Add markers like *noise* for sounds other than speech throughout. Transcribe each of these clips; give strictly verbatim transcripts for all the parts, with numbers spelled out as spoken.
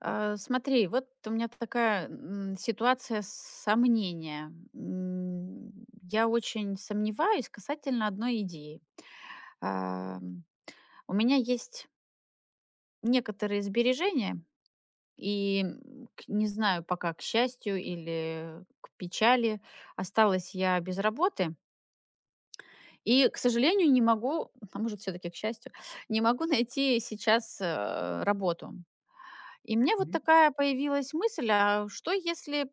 А, Смотри, вот у меня такая м, ситуация сомнения. М, Я очень сомневаюсь касательно одной идеи. А, м, У меня есть некоторые сбережения, и м, к- не знаю пока, к счастью или к печали, осталась я без работы. И, к сожалению, не могу, *laughs* а может, все-таки к счастью, не могу найти сейчас э, работу. И мне вот Мгм. такая появилась мысль, а что если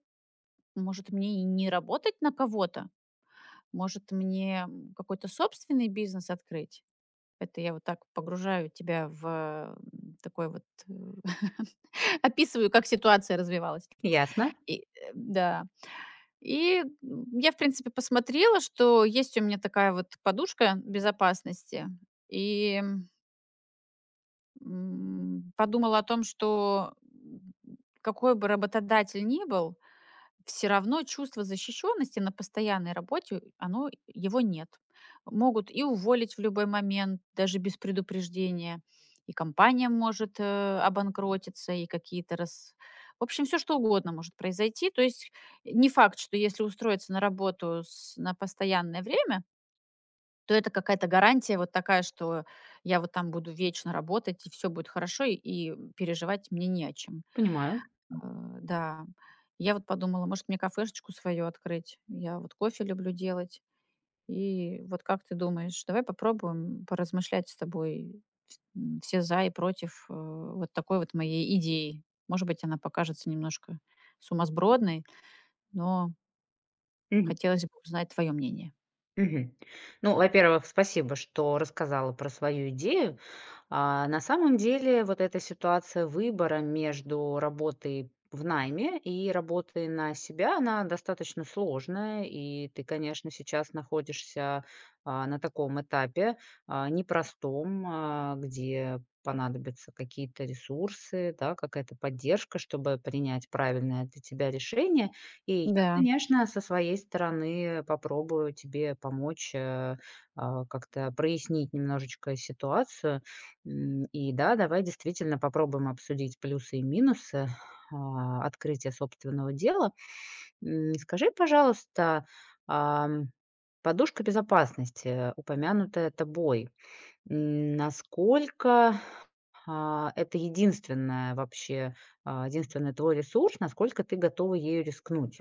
Может, мне и не работать на кого-то? Может, мне м, какой-то собственный бизнес открыть? Это я вот так погружаю тебя в м, такой вот... э, *laughs* Описываю, как ситуация развивалась. Ясно, И, э, да. И м, я, в принципе, посмотрела, что есть у меня такая вот подушка безопасности. И м, подумала о том, что м, какой бы работодатель ни был, все равно чувство защищенности на постоянной работе, э, оно э, его нет. Могут и уволить в любой момент, даже без предупреждения, и компания может, э, обанкротиться, и какие-то раз. В общем, все что угодно может произойти. То есть э, не факт, что если устроиться на работу с на постоянное время, то это какая-то гарантия вот такая, что я вот там буду вечно работать, и все будет хорошо, и и переживать мне не о чем. понимаю. А, да. Я вот подумала, может, мне кафешечку свою открыть. Я вот кофе люблю делать. И вот как ты думаешь, давай попробуем поразмышлять с тобой вс- м, все за и против э, вот такой вот моей идеи. Может быть, она покажется немножко сумасбродной, но Мгм, хотелось бы узнать твое мнение. мгм. Ну, во-первых, спасибо, что рассказала про свою идею. А, на самом деле вот эта ситуация выбора между работой в найме и работой на себя, она достаточно сложная, и ты, конечно, сейчас находишься а, на таком этапе а, непростом, а, где понадобятся какие-то ресурсы, да, какая-то поддержка, чтобы принять правильное для тебя решение. И я, Да. конечно, со своей стороны попробую тебе помочь э, а, как-то прояснить немножечко ситуацию. М, и да, давай действительно попробуем обсудить плюсы и минусы, а, открытия собственного дела. М, скажи, пожалуйста, ам, подушка безопасности, упомянутая тобой, м, насколько, а, это единственное вообще, а, единственный твой ресурс, насколько ты готова ею рискнуть?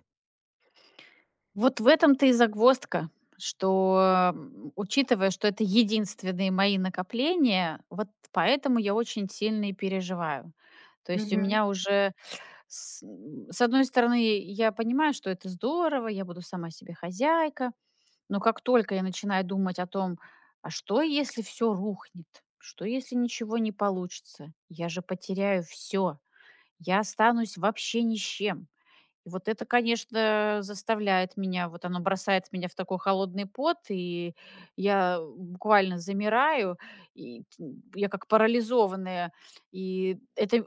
Вот в этом-то и загвоздка, что, м, учитывая, что это единственные мои накопления, вот поэтому я очень сильно и переживаю. То есть у Мгм. меня уже с м, с одной стороны, я понимаю, что это здорово, я буду сама себе хозяйка, но как только я начинаю думать о том: "А что, если все рухнет? Что, если ничего не получится? Я же потеряю все, я останусь вообще ни с чем". И вот это, конечно, заставляет меня, вот оно бросает меня в такой холодный пот, и я буквально замираю, и т- я как парализованная, и это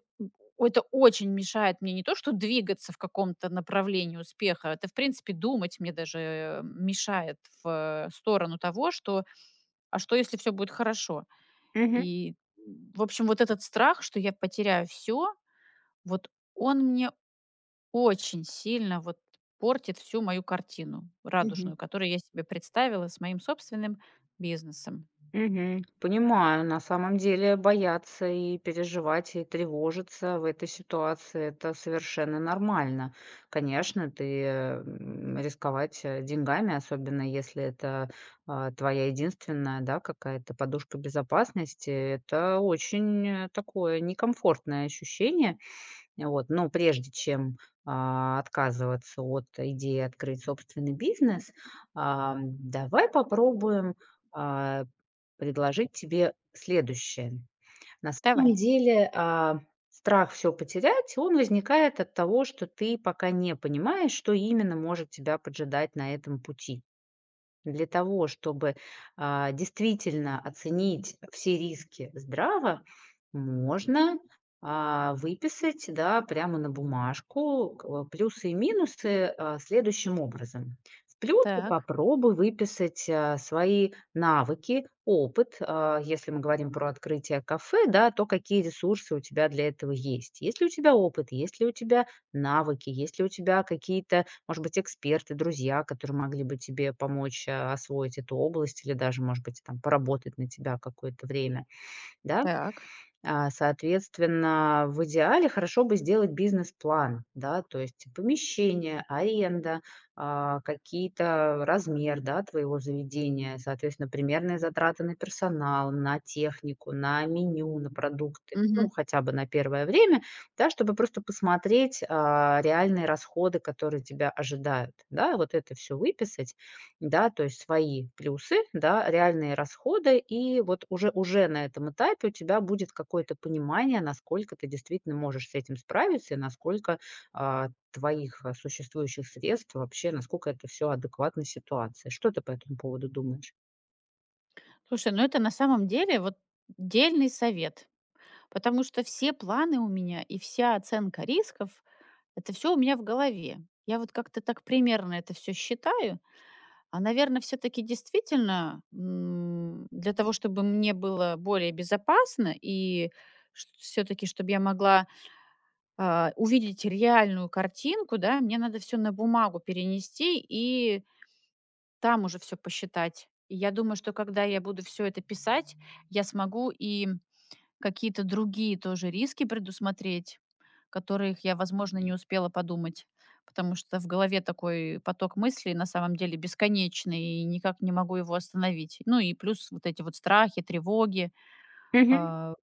о- это очень мешает мне не то, что двигаться в каком-то направлении успеха, это, в принципе, думать мне даже э, мешает в э, сторону того, что, а что, если все будет хорошо? Мгм. И, в общем, вот этот страх, что я потеряю все, вот он мне очень сильно вот портит всю мою картину Мгм. радужную, которую я себе представила с моим собственным бизнесом. Мгм. Понимаю, на самом деле бояться, и переживать, и тревожиться в этой ситуации — это совершенно нормально. Конечно, ты, м, рисковать, э, деньгами, особенно если это, а, твоя единственная, да, какая-то подушка безопасности, это очень, э, такое некомфортное ощущение. Вот, но прежде чем, а, отказываться от идеи открыть собственный бизнес, ам, давай попробуем, а, предложить тебе следующее. На Давай. самом деле, а, страх все потерять, он возникает от того, что ты пока не понимаешь, что именно может тебя поджидать на этом пути. Для того, чтобы, а, действительно оценить все риски здраво, можно, а, выписать, да, прямо на бумажку к э, плюсы и минусы, а, следующим образом. В плюсы Так. попробуй выписать, а, свои навыки, опыт. А, если мы говорим про открытие кафе, да, то какие ресурсы у тебя для этого есть. Есть ли у тебя опыт, есть ли у тебя навыки, есть ли у тебя какие-то, может быть, эксперты, друзья, которые могли бы тебе помочь, а, освоить эту область или даже, может быть, там поработать на тебя какое-то время, да? Так. А, соответственно, в идеале хорошо бы сделать бизнес-план, да, то есть помещение, аренда, а, какие-то размер, да, твоего заведения, соответственно, примерные затраты на персонал, на технику, на меню, на продукты, ну, Мгм. хотя бы на первое время, да, чтобы просто посмотреть, а, реальные расходы, которые тебя ожидают, да, вот это все выписать, да, то есть свои плюсы, да, реальные расходы, и вот уже уже на этом этапе у тебя будет какое-то понимание, насколько ты действительно можешь с этим справиться и насколько а, твоих а, существующих средств вообще, насколько это все адекватно ситуации. Что ты по этому поводу думаешь? Слушай, ну это на самом деле вот дельный совет, потому что все планы у меня и вся оценка рисков, это все у меня в голове. Я вот как-то так примерно это все считаю, а, наверное, все-таки действительно м, для того, чтобы мне было более безопасно и все-таки, чтобы я могла а, увидеть реальную картинку, да, мне надо все на бумагу перенести и там уже все посчитать. И я думаю, что когда я буду все это писать, я смогу и какие-то другие тоже риски предусмотреть, которых я, возможно, не успела подумать, потому что в голове такой поток мыслей на самом деле бесконечный, и никак не могу его остановить. Ну и плюс вот эти вот страхи, тревоги, Мгм. а,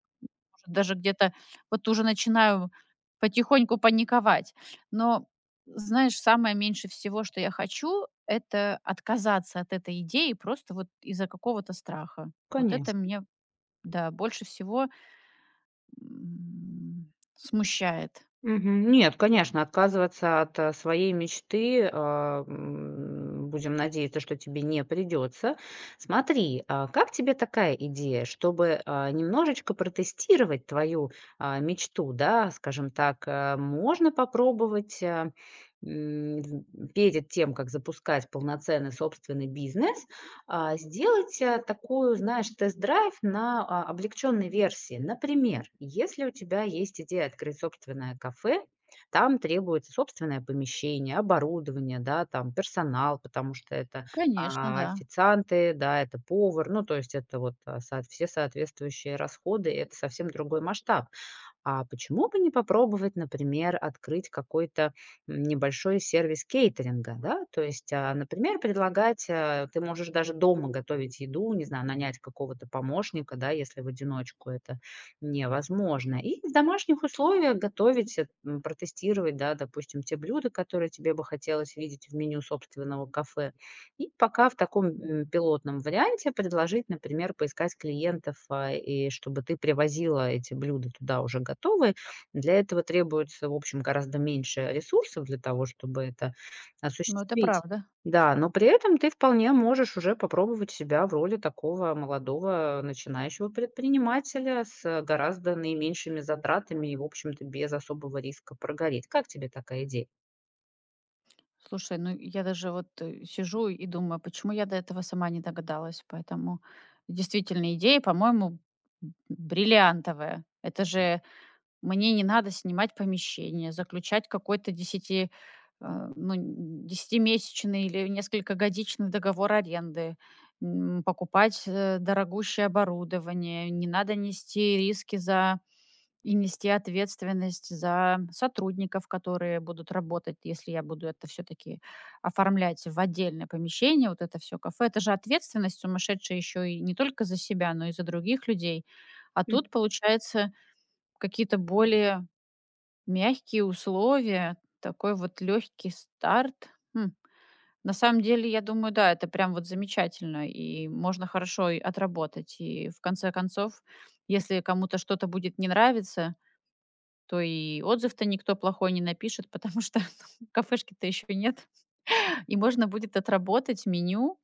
даже где-то вот уже начинаю потихоньку паниковать. Но, знаешь, самое меньше всего, что я хочу, это отказаться от этой идеи просто вот из-за какого-то страха. Вот это Конечно. мне, да, больше всего м, смущает. Мгм. Нет, конечно, отказываться от, э, своей мечты, а, м, будем надеяться, что тебе не придется. Смотри, а как тебе такая идея, чтобы, а, немножечко протестировать твою, а, мечту, да, скажем так, э, можно попробовать, а, м, перед тем, как запускать полноценный собственный бизнес, а, сделать, а, такую, знаешь, тест-драйв на, а, облегченной версии. Например, если у тебя есть идея открыть собственное кафе, там требуется собственное помещение, оборудование, да, там персонал, потому что это, Конечно, а, да. официанты, да, это повар, ну, то есть это вот, а, со все соответствующие расходы, и это совсем другой масштаб. А почему бы не попробовать, например, открыть какой-то м, небольшой сервис кейтеринга, да? То есть, а, например, предлагать, а, ты можешь даже дома готовить еду, не знаю, нанять какого-то помощника, да, если в одиночку это невозможно. И в домашних условиях готовить, э, м, протестировать, да, допустим, те блюда, которые тебе бы хотелось видеть в меню собственного кафе. И пока в таком, м, пилотном варианте предложить, например, поискать клиентов, а, и чтобы ты привозила эти блюда туда уже готовые. Для этого требуется, в общем, гораздо меньше ресурсов для того, чтобы это Но это осуществить. правда. Да, но при этом ты вполне можешь уже попробовать себя в роли такого молодого начинающего предпринимателя с э, гораздо наименьшими затратами и, в общем-то, без особого риска прогореть. Как тебе такая идея? Слушай, ну я даже вот э, сижу и думаю, почему я до этого сама не догадалась. Поэтому действительно идея, по-моему, б- бриллиантовая. Это же мне не надо снимать помещение, заключать какой-то десяти а, ну, н- десятимесячный или несколькогодичный договор аренды, м, покупать э, дорогущее оборудование, не надо нести риски за и нести ответственность за сотрудников, которые будут работать, если я буду это все-таки оформлять в отдельное помещение, вот это все кафе. Это же ответственность сумасшедшая еще и не только за себя, но и за других людей. А М. тут, получается, какие-то более мягкие условия, такой вот легкий старт. Хм. На самом деле, я думаю, да, это прям вот замечательно, и можно хорошо и отработать. И в конце концов, если кому-то что-то будет не нравиться, то и отзыв-то никто плохой не напишет, потому что *laughs* кафешки-то еще нет. И можно будет отработать меню.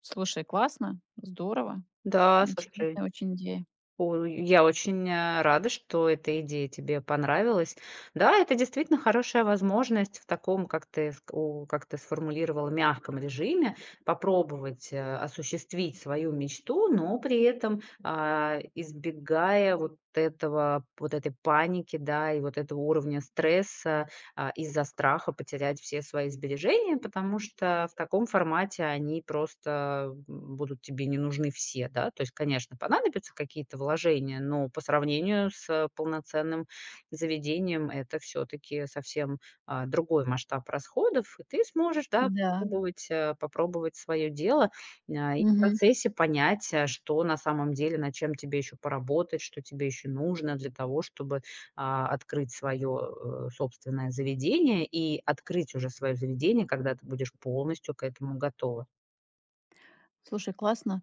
Слушай, классно, здорово, Да, слушай. интересная очень идея. О, я очень, э, рада, что эта идея тебе понравилась. Да, это действительно хорошая возможность в таком, как ты ск у как ты сформулировала, мягком режиме попробовать, э, осуществить свою мечту, но при этом, а, избегая вот этого вот этой паники, да, и вот этого уровня стресса, а, из-за страха потерять все свои сбережения, потому что в таком формате они просто будут тебе не нужны все, да. То есть, конечно, понадобятся какие-то вложения, но по сравнению с э, полноценным заведением это все-таки совсем а, другой масштаб расходов, и ты сможешь, да, Да. попробовать, э, попробовать свое дело а, и в Мгм. процессе понять, а, что на самом деле, над чем тебе еще поработать, что тебе еще нужно для того, чтобы а, открыть свое, э, собственное заведение и открыть уже свое заведение, когда ты будешь полностью к этому готова. Слушай, классно.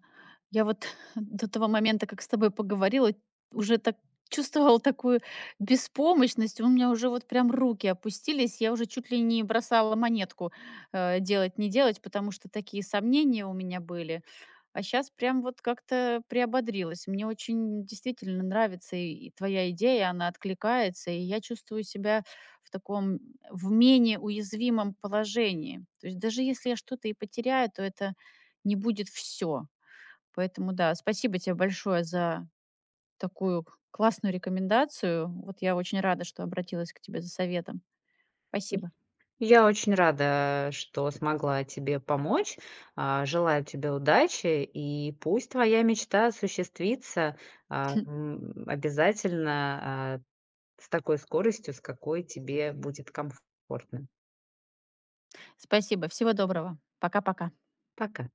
Я вот *laughs* до того момента, как с тобой поговорила, уже так чувствовала такую беспомощность. У меня уже вот прям руки опустились. Я уже чуть ли не бросала монетку э, делать, не делать, потому что такие сомнения у меня были. А сейчас прям вот как-то приободрилась. Мне очень действительно нравится и и твоя идея, она откликается, и я чувствую себя в таком в менее уязвимом положении. То есть даже если я что-то и потеряю, то это не будет все. Поэтому да, спасибо тебе большое за такую классную рекомендацию. Вот я очень рада, что обратилась к тебе за советом. Спасибо. Я очень рада, что смогла тебе помочь. А, желаю тебе удачи, и пусть твоя мечта осуществится, а, м, обязательно, а, с такой скоростью, с какой тебе будет комфортно. *laughs* Спасибо. Всего доброго. Пока-пока. Пока.